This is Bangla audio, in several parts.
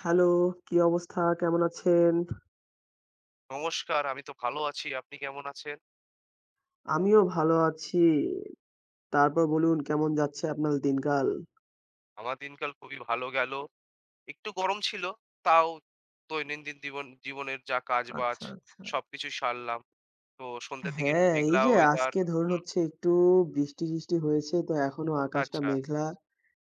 হ্যালো, কি অবস্থা? কেমন আছেন? নমস্কার, আমি তো ভালো আছি। আপনি কেমন আছেন? আমিও ভালো আছি। তারপর বলুন কেমন যাচ্ছে আপনার দিনকাল? আমার দিনকাল খুবই ভালো গেল। একটু গরম ছিল, তাও দৈনন্দিন জীবনের যা কাজবাজ আচ্ছা, আচ্ছা। সবকিছু সারলাম। তো সন্ধ্যের দিকে একটু হ্যাঁ, এই মেঘলা যে ওয়েদার। আজকে ধরুন হুম, হচ্ছে একটু বৃষ্টি-টিষ্টি হয়েছে তো এখনো আকাশটা আচ্ছা, মেঘলা।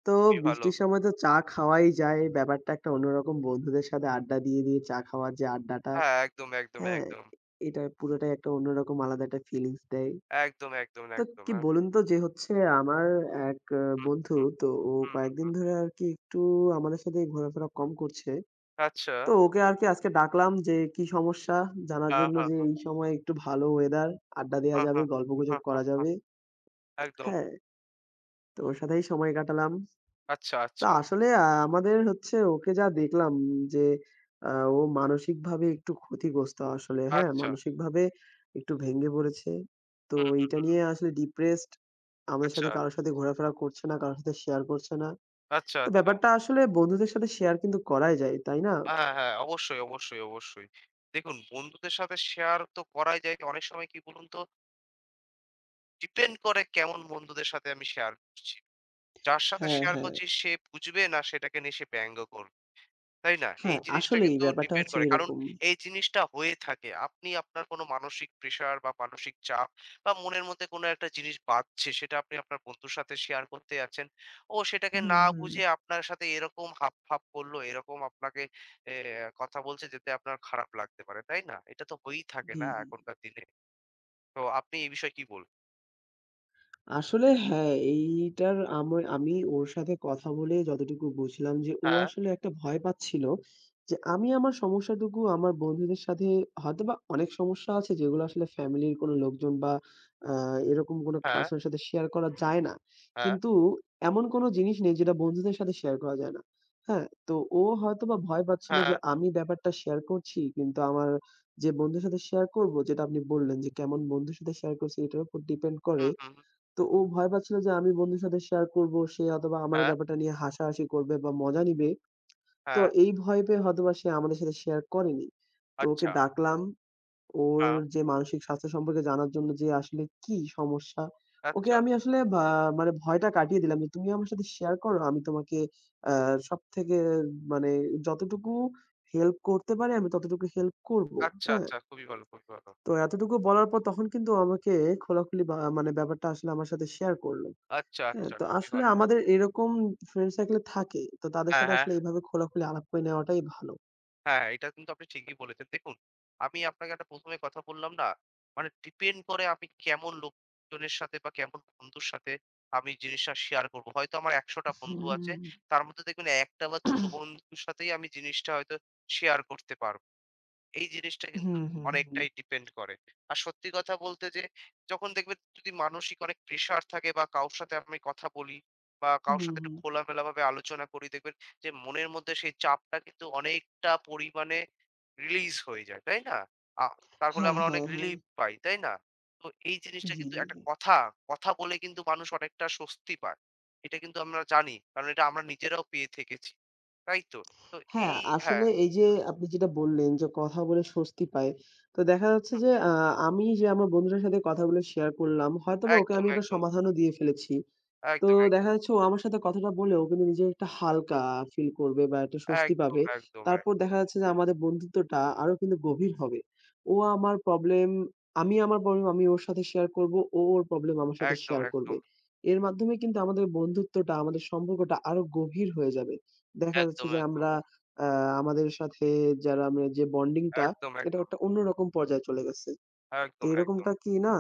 তো খুবই ভালো। বৃষ্টির সময় তো চা খাওয়াই যায়। ব্যাপারটা একটা অন্যরকম বন্ধুদের সাথে আড্ডা দিয়ে চা খাওয়ার যে আড্ডাটা, হ্যাঁ, একদম, একদম, হ্যাঁ? একদম। এটা পুরোটাই একটা অন্যরকম আলাদা একটা ফিলিংস দেয়। একদম, একদম, তো একদম। কি হ্যাঁ, বলুন তো যে হচ্ছে আমার এক হুম, বন্ধু, তো ও হুম, কয়েকদিন হুম, ধরে আরকি একটু আমাদের সাথে ঘোরাফেরা কম করছে। আচ্ছা। তো ওকে আরকি আজকে ডাকলাম যে কি সমস্যা জানার হ্যাঁ, জন্য, হ্যাঁ, যে হ্যাঁ, এই সময় একটু ভালো ওয়েদার, আড্ডা দেয়া হ্যাঁ, যাবে, হ্যাঁ, গল্পগুজব হ্যাঁ, করা হ্যাঁ, হ্যাঁ, যাবে। একদম। হ্যাঁ, তো ওর সাথেই সময় কাটালাম। আচ্ছা, তা আচ্ছা, আসলে আমাদের হচ্ছে ওকে যা দেখলাম যে আ ও মানসিকভাবে একটু ক্ষতিগ্রস্ত আসলে, হ্যাঁ? আচ্ছা। মানসিকভাবে একটু ভেঙে পড়েছে। তো হুম, এইটা নিয়ে আসলে ডিপ্রেসড। আমাদের আচ্ছা, সাথে কারো সাথে ঘোরাফেরা করছে না, কারো সাথে শেয়ার করছে না। আচ্ছা, তো আচ্ছা। ব্যাপারটা আসলে বন্ধুদের সাথে শেয়ার কিন্তু করাই যায়, তাই না? হ্যাঁ, হ্যাঁ। অবশ্যই, অবশ্যই, অবশ্যই। দেখুন, বন্ধুদের সাথে শেয়ার তো করাই যায়। অনেক সময় কি বলুন তো, ডিপেন্ড করে কেমন বন্ধুদের সাথে আমি শেয়ার করছি। যার সাথে হ্যাঁ, শেয়ার হ্যাঁ। করছি সে বুঝবে না, সেটাকে নিয়ে সে ব্যঙ্গ করবে। তাই না? এই হ্যাঁ, জিনিসটা আসলেই কিন্তু ব্যাপারটা ডিপেন্ড হচ্ছে করে। কারণ এরকম। এই জিনিসটা হয়ে থাকে। আপনি আপনার কোনো মানসিক প্রেশার বা মানসিক চাপ বা মনের মধ্যে কোনো একটা জিনিস বাজছে, সেটা আপনি আপনার বন্ধুর সাথে শেয়ার করতে যাচ্ছেন। ও সেটাকে হুম, না হুম। বুঝে আপনার সাথে এরকম হাব ভাব করলো, এরকম আপনাকে এ কথা বলছে যেতে আপনার খারাপ লাগতে পারে। তাই না? এটা তো হয়েই থাকে জি, না জি। এখনকার দিনে। তো আপনি এই বিষয়ে কি বলবেন? আসলে হ্যাঁ, এইটার আমি আমি ওর সাথে কথা বলে যতটুকু বুঝলাম যে ও হ্যাঁ, আসলে একটা ভয় পাচ্ছিল যে আমি আমার সমস্যাটুকু আমার বন্ধুদের সাথে, হয়তোবা অনেক সমস্যা আছে যেগুলো আসলে ফ্যামিলির কোনো লোকজন বা আ এরকম কোনো হ্যাঁ, পারসনের সাথে শেয়ার করা যায় না। হ্যাঁ, কিন্তু এমন কোনো জিনিস নেই যেটা বন্ধুদের সাথে শেয়ার করা যায় না। হ্যাঁ? তো ও হয়তোবা ভয় পাচ্ছিল হ্যাঁ। যে আমি ব্যাপারটা শেয়ার করছি কিন্তু আমার যে বন্ধুর সাথে শেয়ার করব, যেটা আপনি বললেন যে কেমন বন্ধুর সাথে শেয়ার করছি এটার উপর ডিপেন্ড হুম, করে। হুম, হুম। তো ও ভয় পাচ্ছিল যে আমি বন্ধুর সাথে শেয়ার করব। সে হয়তোবা আমার এই হ্যাঁ, ব্যাপারটা নিয়ে হাসাহাসি করবে বা মজা নিবে। তো হ্যাঁ। এই ভয় পেয়ে হয়তোবা সে আমাদের সাথে শেয়ার করেনি। তো ওকে আচ্ছা। ডাকলাম। ওর হ্যাঁ। যে মানসিক স্বাস্থ্য সম্পর্কে জানার জন্য, যে আসলে কি সমস্যা? ওকে আচ্ছা, আমি আসলে বা মানে ভয়টা কাটিয়ে দিলাম যে, "তুমি আমার সাথে শেয়ার করো। আমি তোমাকে আ সবথেকে মানে যতটুকু হেল্প করতে পারি আমি ততটুকু হেল্প করব।" আচ্ছা, হ্যাঁ? আচ্ছা। খুবই ভালো, খুবই ভালো। তো এতটুকু বলার পর তখন কিন্তু আমাকে খোলাখুলি বা মানে ব্যাপারটা আসলে আমার সাথে শেয়ার করল। আচ্ছা, হ্যাঁ, আচ্ছা। তো খুবই আসলে ভালো। আমাদের এরকম ফ্রেন্ড সার্কেল থাকে। তো তাদের হ্যাঁ, সাথে হ্যাঁ, আসলে এভাবে খোলাখুলি আলাপ করে নেওয়াটাই ভালো। হ্যাঁ, এটা কিন্তু আপনি ঠিকই বলেছেন। দেখুন, আমি আপনাকে একটা ১ম এ কথা বললাম না? মানে ডিপেন্ড করে আমি কেমন লোকজনের সাথে বা কেমন বন্ধুর সাথে আমি জিনিসটা শেয়ার করব। হয়তো আমার ১০০ টা বন্ধু আছে। হুম। তার মধ্যে দেখবেন ১ টা বা ২ টো বন্ধুর সাথেই আমি জিনিসটা হয়তো শেয়ার করতে পারব। এই জিনিসটা কিন্তু হুম, হুম, হুম, অনেকটাই ডিপেন্ড করে। আর সত্যি কথা বলতে, যে যখন দেখবেন যদি মানসিক অনেক প্রেশার থাকে বা কারো সাথে আমি কথা বলি বা কারো হুম, সাথে একটু হুম। খোলামেলাভাবে আলোচনা করি, দেখবেন যে মনের মধ্যে সেই চাপটা কিন্তু অনেকটা পরিমাণে রিলিজ হয়ে যায়, তাই না? আ তার ফলে হ্যাঁ, আমরা অনেক হ্যাঁ, হ্যাঁ। রিলিফ পাই, তাই না? তো এই জিনিসটা জি, কিন্তু জি, একটা জি। কথা, কথা বলে কিন্তু মানুষ অনেকটা স্বস্তি পায়। এটা কিন্তু আমরা জানি। কারণ এটা আমরা নিজেরাও পেয়ে থেকেছি। তাই তো? তো হ্যাঁ, এই, হ্যাঁ, আসলে এই যে আপনি যেটা বললেন যে কথা বলে স্বস্তি পায়। তো দেখা যাচ্ছে যে আমি যে আমার বন্ধুটার সাথে কথাগুলো শেয়ার করলাম, হয়তোবা ওকে একদম, আমি একটা একদম, সমাধানও দিয়ে ফেলেছি। তো একদম, দেখা একদম। যাচ্ছে ও আমার সাথে কথাটা বলে ও কিন্তু নিজে একটা হালকা ফিল করবে বা একটা স্বস্তি একদম, পাবে। একদম, তারপর একদম, দেখা যাচ্ছে যে আমাদের বন্ধুত্বটা আরো কিন্তু গভীর হবে। ও আমার প্রবলেম, আমি আমার প্রবলেম আমি ওর সাথে শেয়ার করব, ও ওর প্রবলেম আমার সাথে একদম, শেয়ার করবে। একদম, এর মাধ্যমে কিন্তু আমাদের বন্ধুত্বটা, আমাদের সম্পর্কটা আরো গভীর হয়ে যাবে। দেখা যাচ্ছে একদম, যে একদম, আমরা আ আমাদের সাথে যারা আমরা যে বন্ডিংটা একদম, এটা একদম, একটা অন্যরকম পর্যায়ে চলে গেছে। তো একদম, একদম, এরকমটা কি না?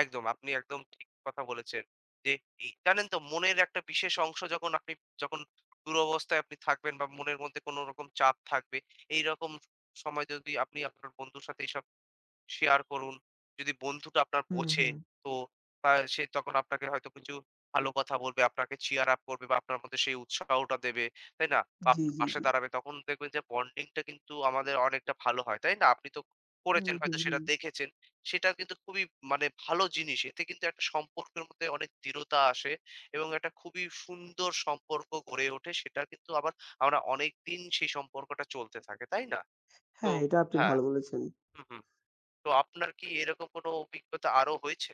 একদম। আপনি একদম ঠিক কথা বলেছেন। যে এই জানেন তো, মনের একটা বিশেষ অংশ যখন দুরবস্থায় আপনি থাকবেন বা মনের মধ্যে কোন রকম চাপ থাকবে, এইরকম সময় যদি আপনি আপনার বন্ধুর সাথে এইসব শেয়ার করুন। যদি বন্ধুটা আপনার হুম, বোঝে, হুম। তো তা সে তখন আপনাকে হয়তো কিছু ভালো কথা বলবে, আপনাকে cheer up করবে বা আপনার মধ্যে সেই উৎসাহটা দেবে, তাই না? বা জি, আপনার জি, পাশে জি। দাঁড়াবে। তখন দেখবেন যে বন্ডিংটা কিন্তু আমাদের অনেকটা ভালো হয়, তাই না? আপনি তো হুম, করেছেন হয়তো, হুম, সেটা হুম। দেখেছেন। সেটা কিন্তু খুবই, মানে, ভালো জিনিস। এতে কিন্তু একটা সম্পর্কের মধ্যে অনেক দৃঢ়তা আসে এবং একটা খুবই সুন্দর সম্পর্ক গড়ে ওঠে। সেটা কিন্তু আবার আমরা অনেকদিন সেই সম্পর্কটা চলতে থাকে, তাই না? তো হ্যাঁ, এটা আপনি হ্যাঁ। ভালো বলেছেন। হু, হু। তো আপনার কি এরকম কোনো অভিজ্ঞতা আরো হয়েছে?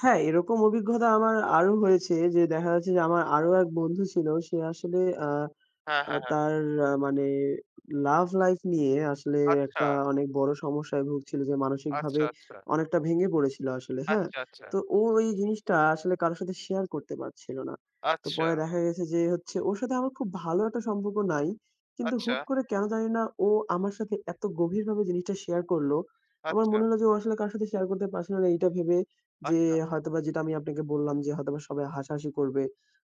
হ্যাঁ, এরকম অভিজ্ঞতা আমার আরো হয়েছে, যে দেখা যাচ্ছে যে আমার আরো এক বন্ধু ছিল। সে আসলে আ হ্যাঁ, আ হ্যাঁ, হ্যাঁ। তার মানে লাভ লাইফ নিয়ে আসলে আচ্ছা, একটা অনেক বড় সমস্যায় ভুগছিল, যে আচ্ছা, মানসিকভাবে আচ্ছা, অনেকটা ভেঙে পড়েছিল আসলে, হ্যাঁ? আচ্ছা, আচ্ছা, তো ও এই জিনিসটা আসলে কারো সাথে শেয়ার করতে পারছিল না। তো আচ্ছা, পরে দেখা গেছে যে হচ্ছে ওর সাথে আমার খুব ভালো একটা সম্পর্ক নাই। কিন্তু আচ্ছা, হুট করে কেন জানি না ও আমার সাথে এত গভীরভাবে জিনিসটা শেয়ার করলো। আমার আচ্ছা, মনে হলো যে ও আসলে কারো সাথে শেয়ার করতে পারছিল না এইটা ভেবে, যে আচ্ছা, হয়তোবা যেটা আমি আপনাকে বললাম যে হয়তোবা সবাই হাসাহাসি করবে।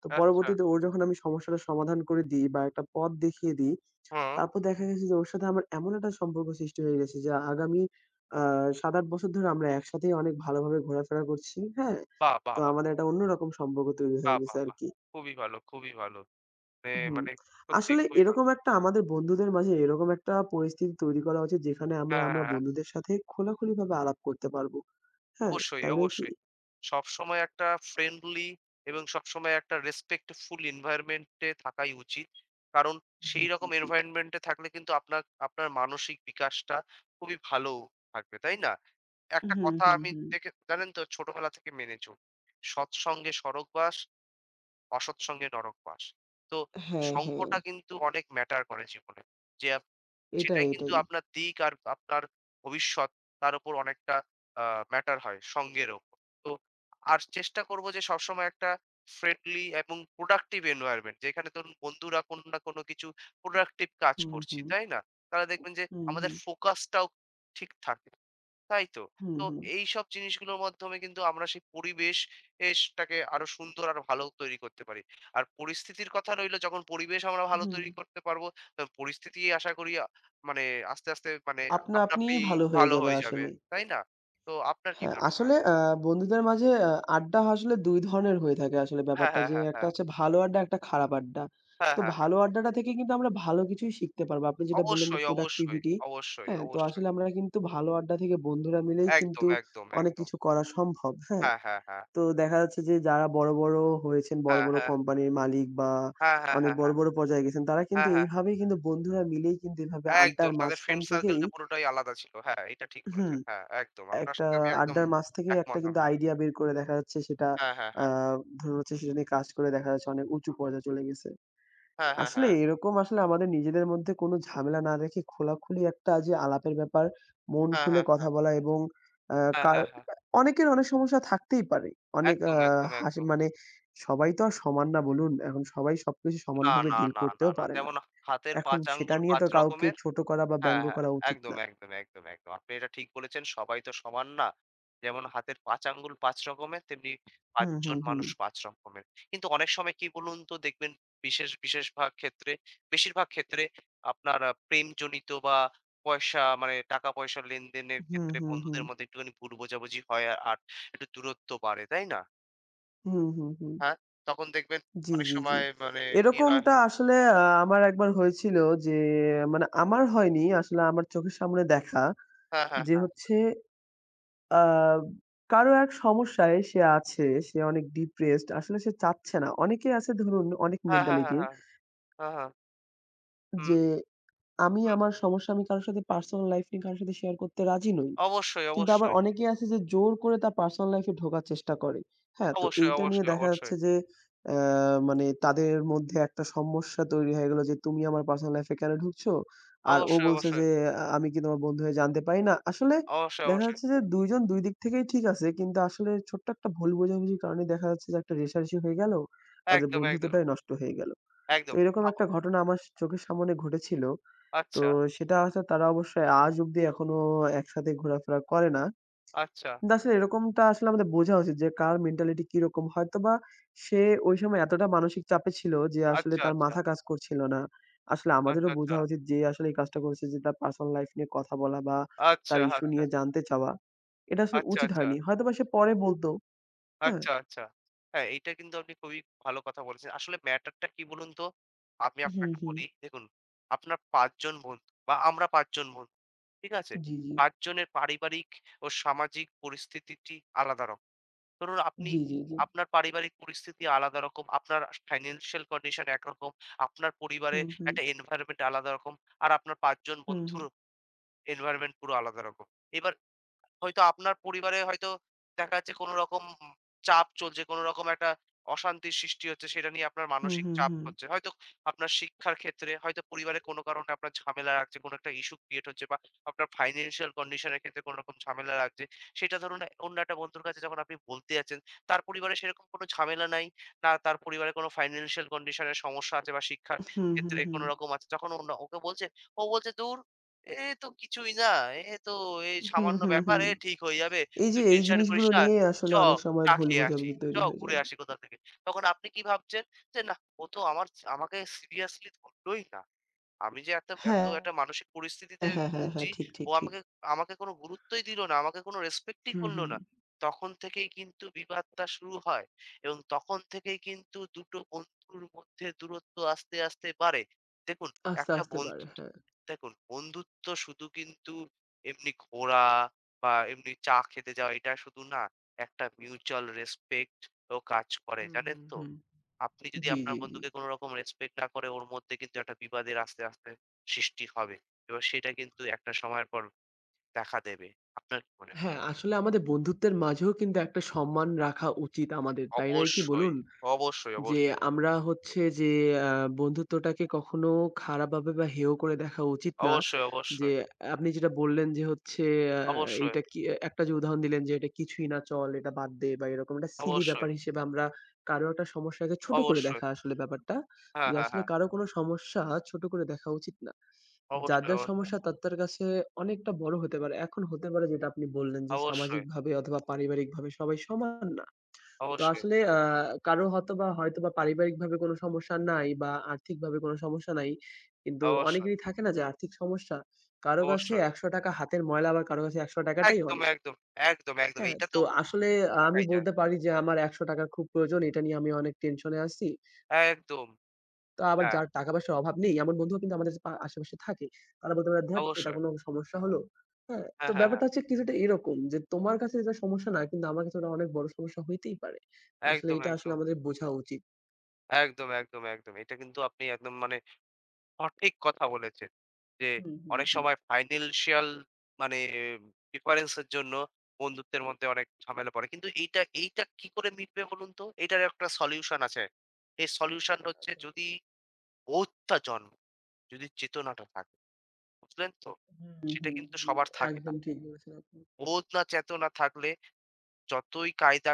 তো আচ্ছা। পরবর্তীতে ওর যখন আমি সমস্যাটার সমাধান করে দিই বা একটা পথ দেখিয়ে দিই, হুম। তারপর দেখা গেছে যে ওর সাথে আমার এমন একটা সম্পর্ক সৃষ্টি হয়ে গেছে যে আগামী আ ৭-৮ বছর ধরে আমরা একসাথেই অনেক ভালোভাবে ঘোরাফেরা করছি। হ্যাঁ? বাহ! বাহ! তো বাহ! আমাদের একটা অন্যরকম সম্পর্ক তৈরি বাহ! হয়ে গেছে বাহ! বাহ! আরকি। খুবই ভালো, খুবই ভালো। এ হুম। মানে সত্যি আসলে খুবই ভালো। এরকম একটা আমাদের বন্ধুদের মাঝে এরকম একটা পরিস্থিতি তৈরি করা উচিত যেখানে আমরা, হ্যাঁ, হ্যাঁ, আমরা হ্যাঁ। বন্ধুদের সাথে খোলাখুলিভাবে আলাপ করতে পারবো। হ্যাঁ, অবশ্যই, তাই নয় কি? অবশ্যই। সবসময় একটা ফ্রেন্ডলি এবং সবসময় একটা রেসপেক্টফুল এনভায়রনমেন্ট এ থাকাই উচিত। কারণ জি, জি, সেইরকম জি। এনভায়রনমেন্ট এ থাকলে কিন্তু আপনার আপনার মানসিক বিকাশটা খুবই ভালো থাকবে, তাই না? একটা হুম, কথা হুম, আমি হুম। দেখে জানেন তো ছোটবেলা থেকে মেনে চলি। সৎসঙ্গে স্বর্গবাস, অসৎ সঙ্গে নরকবাস। তো হ্যাঁ, হ্যাঁ। সঙ্গটা কিন্তু অনেক ম্যাটার করে জীবনে। যে এটাই, সেটাই কিন্তু এটাই। আপনার দিক আর আপনার ভবিষ্যৎ, তার উপর অনেকটা আ ম্যাটার হয় সঙ্গের ওপর। তো আর চেষ্টা করব যে সবসময় একটা ফ্রেন্ডলি এবং প্রোডাক্টিভ এনভায়রনমেন্ট, যেখানে ধরুন বন্ধুরা কোনো না কোনো কিছু প্রোডাক্টিভ কাজ হুম, করছি, হুম। তাই না? তাহলে দেখবেন যে হুম, আমাদের হুম। ফোকাসটাও ঠিক থাকে। তাই তো? হুম, তো হুম, এইসব জিনিসগুলোর মাধ্যমে কিন্তু আমরা সেই পরিবেশটাকে আরো সুন্দর আরো ভালো তৈরি করতে পারি। আর পরিস্থিতির কথা রইলো, যখন পরিবেশ আমরা ভালো হুম। তৈরি করতে পারবো, তো পরিস্থিতি আশা করি মানে আস্তে, আস্তে, মানে, আপনা আপনা আপনি আপনিই ভালো হয়ে ভালো যাবে হয়ে যাবে। আসলেই। তাই না? তো আপনার কি হ্যাঁ, মনে হয়? আসলে বন্ধুদের মাঝে আড্ডা আসলে ২ ধরনের হয়ে থাকে আসলে হ্যাঁ, ব্যাপারটা, হ্যাঁ, যে হ্যাঁ, একটা হ্যাঁ। হচ্ছে ভালো আড্ডা, একটা খারাপ আড্ডা। হ্যাঁ, তো হ্যাঁ, হ্যাঁ। ভালো আড্ডাটা থেকে কিন্তু আমরা ভালো কিছুই শিখতে পারবো। আপনি যেটা বললেন যে অবশ্যই, অবশ্যই, প্রোডাক্টিভিটি, অবশ্যই, হ্যাঁ? তো অবশ্যই। আসলে আমরা কিন্তু ভালো আড্ডা থেকে বন্ধুরা মিলেই একদম, কিন্তু একদম, অনেক একদম। কিছু করা সম্ভব, হ্যাঁ? হ্যাঁ, হ্যাঁ, হ্যাঁ। তো দেখা যাচ্ছে যে যারা বড়, বড় হয়েছেন, বড়, হ্যাঁ, বড় হ্যাঁ। কোম্পানির মালিক বা হ্যাঁ, হ্যাঁ, অনেক হ্যাঁ, বড়, হ্যাঁ। বড় পর্যায়ে গেছেন, তারা কিন্তু হ্যাঁ, হ্যাঁ। এইভাবেই কিন্তু বন্ধুরা মিলেই কিন্তু এভাবে হ্যাঁ, আড্ডার একদম। তাদের মাঝখান ফ্রেন্ড থেকেই, সার্কেলটা পুরোটাই আলাদা ছিল। হ্যাঁ, এটা ঠিক হুম, বলেছেন। হ্যাঁ, একদম। আপনার একটা সাথে আমি একদম আড্ডার মাঝ থেকে একটা একমত কিন্তু আমি। আইডিয়া বের করে দেখা যাচ্ছে সেটা, হ্যাঁ, হ্যাঁ, আ হ্যাঁ। ধরুন হচ্ছে সেটা নিয়ে কাজ করে দেখা যাচ্ছে অনেক উঁচু পর্যায়ে চলে গেছে। হ্যাঁ, হ্যাঁ, আসলে হ্যাঁ। এরকম আসলে আমাদের নিজেদের মধ্যে কোনো ঝামেলা না রেখে খোলাখুলি একটা যে আলাপের ব্যাপার, মন হ্যাঁ, খুলে হ্যাঁ, হ্যাঁ। কথা বলা এবং আ হ্যাঁ, কার হ্যাঁ, হ্যাঁ। অনেকের অনেক সমস্যা থাকতেই পারে। অনেক একদম, একদম, হাসি একদম। মানে সবাই তো আর সমান না বলুন। এখন সবাই সবকিছু না, সমানভাবে না, ডিল না, না, করতেও না। পারে না। যেমন হাতের এখন ৫ সেটা আঙ্গুল নিয়ে ৫ তো কাউকে রকমের। ছোট করা বা হ্যাঁ, ব্যঙ্গ হ্যাঁ। করা উচিত একদম, না। একদম, একদম, একদম। আপনি এটা ঠিক বলেছেন, সবাই তো সমান না। যেমন হাতের ৫ আঙ্গুল ৫ রকমের, তেমনি ৫ হুম, জন হুম, হুম। মানুষ ৫ রকমের। কিন্তু অনেক সময় কি বলুন তো, দেখবেন বিশেষ, বিশেষ ভাগ ক্ষেত্রে, বেশিরভাগ ক্ষেত্রে আপনার প্রেমজনিত বা পয়সা, মানে টাকা-পয়সার লেনদেনের হুম, ক্ষেত্রে হুম, হুম। বন্ধুদের মধ্যে একটুখানি ভুল বোঝাবুঝি হয় আর আর একটু দূরত্ব বাড়ে, তাই না? হুম, হুম, হুম। হ্যাঁ, তখন দেখবেন জি, অনেক জি, জি। সময়, মানে, কি হয়। এরকমটা আসলে আমার একবার হয়েছিল যে, মানে আমার হয়নি আসলে আমার চোখের সামনে দেখা, হ্যাঁ, হ্যাঁ, যে হ্যাঁ। হচ্ছে আ কারো এক সমস্যায় সে আছে, সে অনেক ডিপ্রেসড আসলে সে চাচ্ছে না। অনেকেই আছে ধরুন অনেক হ্যাঁ, হ্যাঁ, হ্যাঁ, মেন্টালিটির, হ্যাঁ, হ্যাঁ, হ্যাঁ। হুম, যে আমি হুম। আমার সমস্যা আমি কারো সাথে পার্সোনাল লাইফ নিয়ে কারো সাথে শেয়ার করতে রাজি নই। অবশ্যই, কিন্তু আবার অবশ্যই। অনেকেই আছে যে জোর করে তার পার্সোনাল লাইফ এ ঢোকার চেষ্টা করে। হ্যাঁ? তো অবশ্যই, এইটা নিয়ে অবশ্যই, দেখা অবশ্যই। যাচ্ছে যে মানে তাদের মধ্যে একটা সমস্যা তৈরি হয়ে গেল যে, "তুমি আমার পার্সোনাল লাইফ এ কেন ঢুকছো?" আর ও অবশ্যই, বলছে অবশ্যই। যে, আমি কি তোমার বন্ধু হয়ে জানতে পারি না?" আসলে অবশ্যই, দেখা অবশ্যই। যাচ্ছে যে ২ জন ২ দিক থেকেই ঠিক আছে। কিন্তু আসলে ছোট্ট একটা ভুল বোঝাবুঝির কারণে দেখা যাচ্ছে যে একটা রেষারেষি হয়ে গেল। তাদের একদম, একদম, বন্ধুত্বটাই নষ্ট হয়ে গেল। তো একদম। এরকম আব একটা ঘটনা আমার চোখের সামনে ঘটেছিল। তো আচ্ছা, সেটা হচ্ছে তারা অবশ্যই আজ অব্দি এখনো একসাথে ঘোরাফেরা করে না। আচ্ছা, না আসলে এরকমটা আসলে আমাদের বোঝা উচিত যে কার মেন্টালিটি কিরকম। হয়তোবা সে ওই সময় এতটা মানসিক চাপে ছিল যে আসলে আচ্ছা, তার আচ্ছা, মাথা কাজ করছিল না। আসলে আচ্ছা, আমাদেরও আচ্ছা, বোঝা আচ্ছা, উচিত যে আসলে এই কাজটা করেছে, যে তার পার্সোনাল লাইফ নিয়ে কথা বলা বা আচ্ছা, তার ইস্যু আচ্ছা, নিয়ে জানতে চাওয়া, এটা আসলে আচ্ছা, উচিত আচ্ছা। হয়নি। হয়তোবা সে পরে বলতো, হ্যাঁ? আচ্ছা, হ্যাঁ, এইটা কিন্তু আপনি খুবই ভালো কথা বলেছেন। আসলে ম্যাটার টা কি বলুন তো? আমি হুম, আপনাকে হুম। বলি, দেখুন, আপনার ৫ জন বন্ধু বা আমরা ৫ জন বন্ধু। ঠিক আছে? জি, জি। ৫ জনের পারিবারিক ও সামাজিক পরিস্থিতিটি আলাদা রকম। ধরুন আপনি, জি, জি, জি। আপনার পারিবারিক পরিস্থিতি আলাদা রকম, আপনার ফাইন্যান্সিয়াল কন্ডিশন একরকম, আপনার পরিবারে হুম, হুম, একটা এনভায়রনমেন্ট আলাদা রকম, আর আপনার ৫ জন হুম, বন্ধুর এনভায়রনমেন্ট পুরো আলাদা রকম। এবার হয়তো আপনার পরিবারে হয়তো দেখা যাচ্ছে কোনো রকম চাপ চলছে, কোনো রকম একটা অশান্তির সৃষ্টি হচ্ছে, সেটা নিয়ে আপনার হুম, মানসিক হুম, চাপ হুম, হচ্ছে। হয়তো আপনার শিক্ষার ক্ষেত্রে, হয়তো পরিবারে কোনো কারণে আপনার ঝামেলা লাগছে, কোনো একটা ইস্যু ক্রিয়েট হচ্ছে বা আপনার ফাইন্যান্সিয়াল কন্ডিশনের ক্ষেত্রে কোনো রকম ঝামেলা লাগছে। সেটা ধরুন অন্য একটা বন্ধুর কাছে যখন আপনি বলতে যাচ্ছেন, তার পরিবারে সেরকম কোনো ঝামেলা নাই। না তার পরিবারে কোনো ফাইন্যান্সিয়াল কন্ডিশনের সমস্যা আছে বা শিক্ষার হুম, হুম, ক্ষেত্রে হুম, কোনো রকম আছে। যখন অন্য ওকে বলছেন, ও বলছে, "ধুর! এ তো কিছুই না। এ তো এই হুম, সামান্য হুম, হুম। ব্যাপার, হুম। এ ঠিক হয়ে যাবে। এই তুই যে এই টেনশন করিস জিনিসগুলো না। নিয়েই চ আসলে অনেক সময় চা ভুল খেয়ে আসি। বোঝাবুঝি তৈরি হয়ে ঘুরে যায়। আসি কোথা থেকে।" তখন আপনি কি ভাবছেন যে, "নাহ, ও তো আমাকে সিরিয়াসলি ধরলই না।" আমি যে এত হ্যাঁ। একটা মানসিক পরিস্থিতিতে হ্যাঁ, হ্যাঁ, হ্যাঁ, হ্যাঁ। ভুগছি, ঠিক, ও ঠিক, ঠিক। আমাকে আমাকে কোনো গুরুত্বই দিল না, আমাকে কোনো রেসপেক্টই হুম, করল হুম। না। তখন থেকেই কিন্তু বিবাদটা শুরু হয় এবং তখন থেকেই কিন্তু দুটো বন্ধুর মধ্যে দূরত্ব আস্তে, আস্তে বাড়ে। দেখুন আস্তে, একটা আস্তে বন্ধু বাড়ে। হ্যাঁ। দেখুন, বন্ধুত্ব শুধু কিন্তু এমনি ঘোরা বা এমনি চা খেতে যাওয়া, এটা শুধু না, একটা মিউচুয়াল রেসপেক্ট ও কাজ করে, হুম, জানেন হুম, তো? হুম। আপনি যদি জি, আপনার জি, জি। বন্ধুকে কোনো রকম রেসপেক্ট না করে, ওর মধ্যে কিন্তু একটা বিবাদের আস্তে, আস্তে সৃষ্টি হবে। এবার সেটা কিন্তু একটা সময়ের পর দেখা দেবে। আপনার কি মনে হয়? হ্যাঁ, আসলে আমাদের বন্ধুত্বের মাঝেও কিন্তু একটা সম্মান রাখা উচিত আমাদের। তাই নয় কি অবশ্যই, বলুন? অবশ্যই, যে অবশ্যই, আমরা হচ্ছে যে আ বন্ধুত্বটাকে কখনো খারাপভাবে বা হেয় করে দেখা উচিত না। অবশ্যই, যে অবশ্যই, আপনি যেটা বললেন যে হচ্ছে আ অবশ্যই, এইটা কি একটা যে উদাহরণ দিলেন যে এটা কিছুই না চল এটা বাদ দে বা এরকম একটা সিলি অবশ্যই, ব্যাপার হিসেবে আমরা কারো একটা সমস্যাকে ছোট করে অবশ্যই। দেখা আসলে ব্যাপারটা। হ্যাঁ, যে হ্যাঁ, আসলে হ্যাঁ। কারো কোনো সমস্যা ছোট করে দেখা উচিত না। যার, অবশ্যই, যার অবশ্যই, সমস্যা তার কাছে অনেকটা বড় হতে পারে। এখন হতে পারে যেটা আপনি বললেন যে অবশ্যই, সামাজিকভাবে অথবা পারিবারিকভাবে সবাই সমান না। তো অবশ্যই, আসলে কারো হয়তোবা হয়তোবা পারিবারিকভাবে কোনো সমস্যা নাই বা আর্থিকভাবে কোনো সমস্যা নাই। কিন্তু অবশ্যই, অনেকেরই থাকে না যে আর্থিক সমস্যা। কারো কাছে অবশ্যই। ৳১০০ হাতের ময়লা আবার কারো কাছে ৳১০০ টাই একদম, অনেক। একদম, একদম, একদম। হ্যাঁ? এইটা তো তো আসলে আমি থাকাই যায়। বলতে পারি যে আমার ৳১০০ খুব প্রয়োজন। এটা নিয়ে আমি অনেক টেনশনে আছি। একদম। তো আবার হ্যাঁ, যার টাকা পয়সার অভাব নেই এমন বন্ধুও কিন্তু আমাদের পা আশেপাশে থাকে। তারা বলতে পারে, "ধ্যাৎ এটা অবশ্যই। কোনো সমস্যা হলো?" হ্যাঁ? হ্যাঁ, তো হ্যাঁ, হ্যাঁ। ব্যাপারটা হচ্ছে কিছুটা এরকম যে তোমার কাছে যেটা সমস্যা না কিন্তু আমার কাছে ওটা অনেক বড় সমস্যা হইতেই পারে। আসলে একদম, এটা আসলে একদম, আমাদের বোঝা উচিত। একদম, একদম, একদম। এটা কিন্তু আপনি একদম, মানে, সঠিক কথা বলেছেন। যে হুম, হুম, অনেক হুম। সময় ফাইন্যান্সিয়াল, মানে, ডিফারেন্স এর জন্য বন্ধুত্বের মধ্যে অনেক ঝামেলা পড়ে। কিন্তু এইটা কি করে মিটবে বলুন তো? এটার একটা সলিউশন আছে। এই সলিউশন হচ্ছে আচ্ছা। যদি বোধটা জন্ম যদি চেতনাটা থাকে। বুঝলেন তো? হুম, হুম, সেটা হুম, কিন্তু হুম। সবার থাকে না। একদম ঠিক বলেছেন আপনি। বোধ না চেতনা থাকলে যতই কায়দা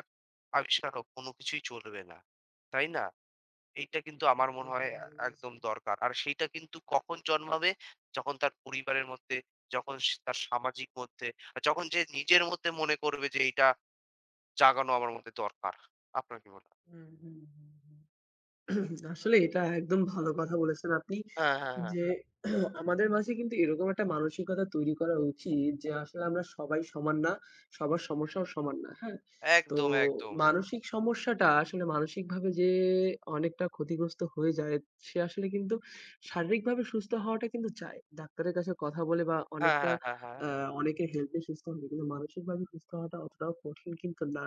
আবিষ্কার হোক কোনো কিছুই চলবে না। তাই না? এইটা কিন্তু আমার হ্যাঁ, মনে এটা হয় ভালো বলেছেন। একদম দরকার। আর সেইটা কিন্তু কখন জন্মাবে? যখন তার পরিবারের মধ্যে, যখন তার সামাজিক মধ্যে, আর যখন যে নিজের মধ্যে মনে করবে যে এইটা জাগানো আমার মধ্যে দরকার। আপনার কি মনে হয়? হুম। হুম, হুম, হুম, হুম। আসলে এটা একদম ভালো কথা বলেছেন আপনি। হ্যাঁ, হ্যাঁ, হ্যাঁ। যে আমাদের মাঝে কিন্তু এরকম একটা মানসিকতা তৈরি করা উচিত যে আসলে আমরা সবাই সমান না, সবার সমস্যাও সমান না। হ্যাঁ? তো একদম, একদম। মানসিক সমস্যাটা আসলে মানসিকভাবে যে অনেকটা ক্ষতিগ্রস্ত হয়ে যায়, সে আসলে কিন্তু শারীরিকভাবে সুস্থ হওয়াটা কিন্তু চায়। ডাক্তারের কাছে কথা বলে বা হ্যাঁ, অনেকটা হ্যাঁ, হ্যাঁ, হ্যাঁ। আ অনেকের হেল্প নিয়ে সুস্থ হবে। কিন্তু মানসিকভাবে সুস্থ হওয়াটা অতটাও কঠিন কিন্তু না।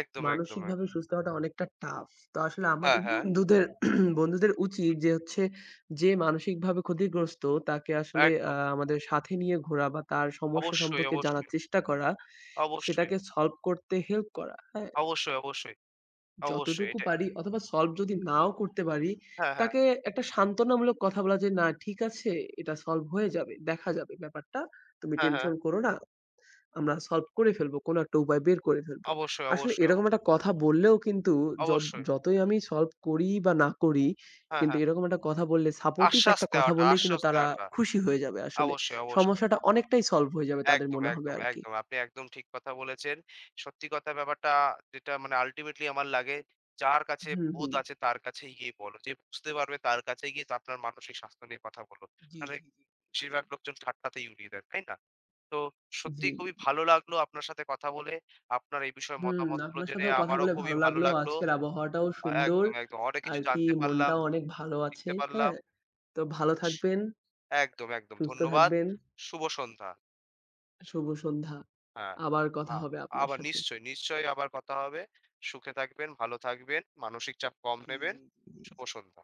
একদম, একদম। এ, মানসিকভাবে সুস্থ হওয়াটা অনেকটা টাফ। তো আসলে হ্যাঁ, আমাদের হ্যাঁ। বন্ধুদের বন্ধুদের হুম, উচিত যে হচ্ছে যে মানসিকভাবে ক্ষতিগ্রস্ত তাকে আসলে একদম। আমাদের সাথে নিয়ে ঘোরা বা তার সমস্যা অবশ্যই, সম্পর্কে জানার অবশ্যই, চেষ্টা করা, অবশ্যই, সেটাকে সলভ করতে হেল্প করা। হ্যাঁ? অবশ্যই, অবশ্যই, অবশ্যই। যতটুকু এটা, পারি অথবা সলভ যদি নাও করতে পারি, হ্যাঁ, হ্যাঁ, তাকে একটা সান্ত্বনামূলক কথা বলা যে, "না ঠিক আছে, এটা সলভ হয়ে যাবে। দেখা যাবে ব্যাপারটা। তুমি হ্যাঁ, হ্যাঁ। টেনশন করো না। আমরা সলভ করে ফেলবো। কোনো একটা উপায় বের করে ফেলবো।" অবশ্যই, আসলে অবশ্যই, এরকম অবশ্যই, একটা কথা বললেও কিন্তু য অবশ্যই। যতই আমি সলভ করি বা না করি, হ্যাঁ, কিন্তু হ্যাঁ। এরকম একটা কথা বললে, সাপোর্টিভ আশ্বাস একটা কথা দেওয়াটা, বললেই কিন্তু আশ্বাস তারা দেওয়াটা। খুশি হয়ে যাবে আসলে। অবশ্যই, অবশ্যই। সমস্যাটা অনেকটাই সলভ হয়ে যাবে তাদের একদম, মনে হবে একদম, আরকি। একদম। আপনি একদম ঠিক কথা বলেছেন। সত্যি কথা, ব্যাপারটা যেটা, মানে, আল্টিমেটলি আমার লাগে, যার কাছে হুম, বোধ হুম। আছে তার কাছেই গিয়ে বলো। যে বুঝতে পারবে তার কাছে গিয়ে তো আপনার মানসিক স্বাস্থ্য নিয়ে কথা বলো। জি, মানে, জি, জি, বেশিরভাগ আসলেই। লোকজন ঠাট্টাতেই উড়িয়ে দেয়, তাই না? তো জি। সত্যিই খুবই ভালো লাগলো আপনার সাথে কথা বলে। আপনার এই বিষয়ে হুম, মতামতগুলো আপনার জেনে সাথেও কথা আমারও বলে খুবই ভালো ভালো লাগলো। লাগলো। আজকের আবহাওয়াটাও সুন্দর। একদম, একদম। অনেক আর কিছু কি জানতে পারলাম, মনটাও অনেক ভালো আছে। শিখতে পারলাম। হ্যাঁ? তো ভালো থাকবেন, একদম, একদম। সুস্থ ধন্যবাদ। থাকবেন। শুভ সন্ধ্যা। শুভ সন্ধ্যা। হ্যাঁ। আবার কথা আ হবে আপনার আবার সাথে। নিশ্চয়ই, নিশ্চয়ই আবার কথা হবে। সুখে থাকবেন, ভালো থাকবেন, মানসিক চাপ কম জি, নেবেন। জি, জি, শুভ জি। সন্ধ্যা।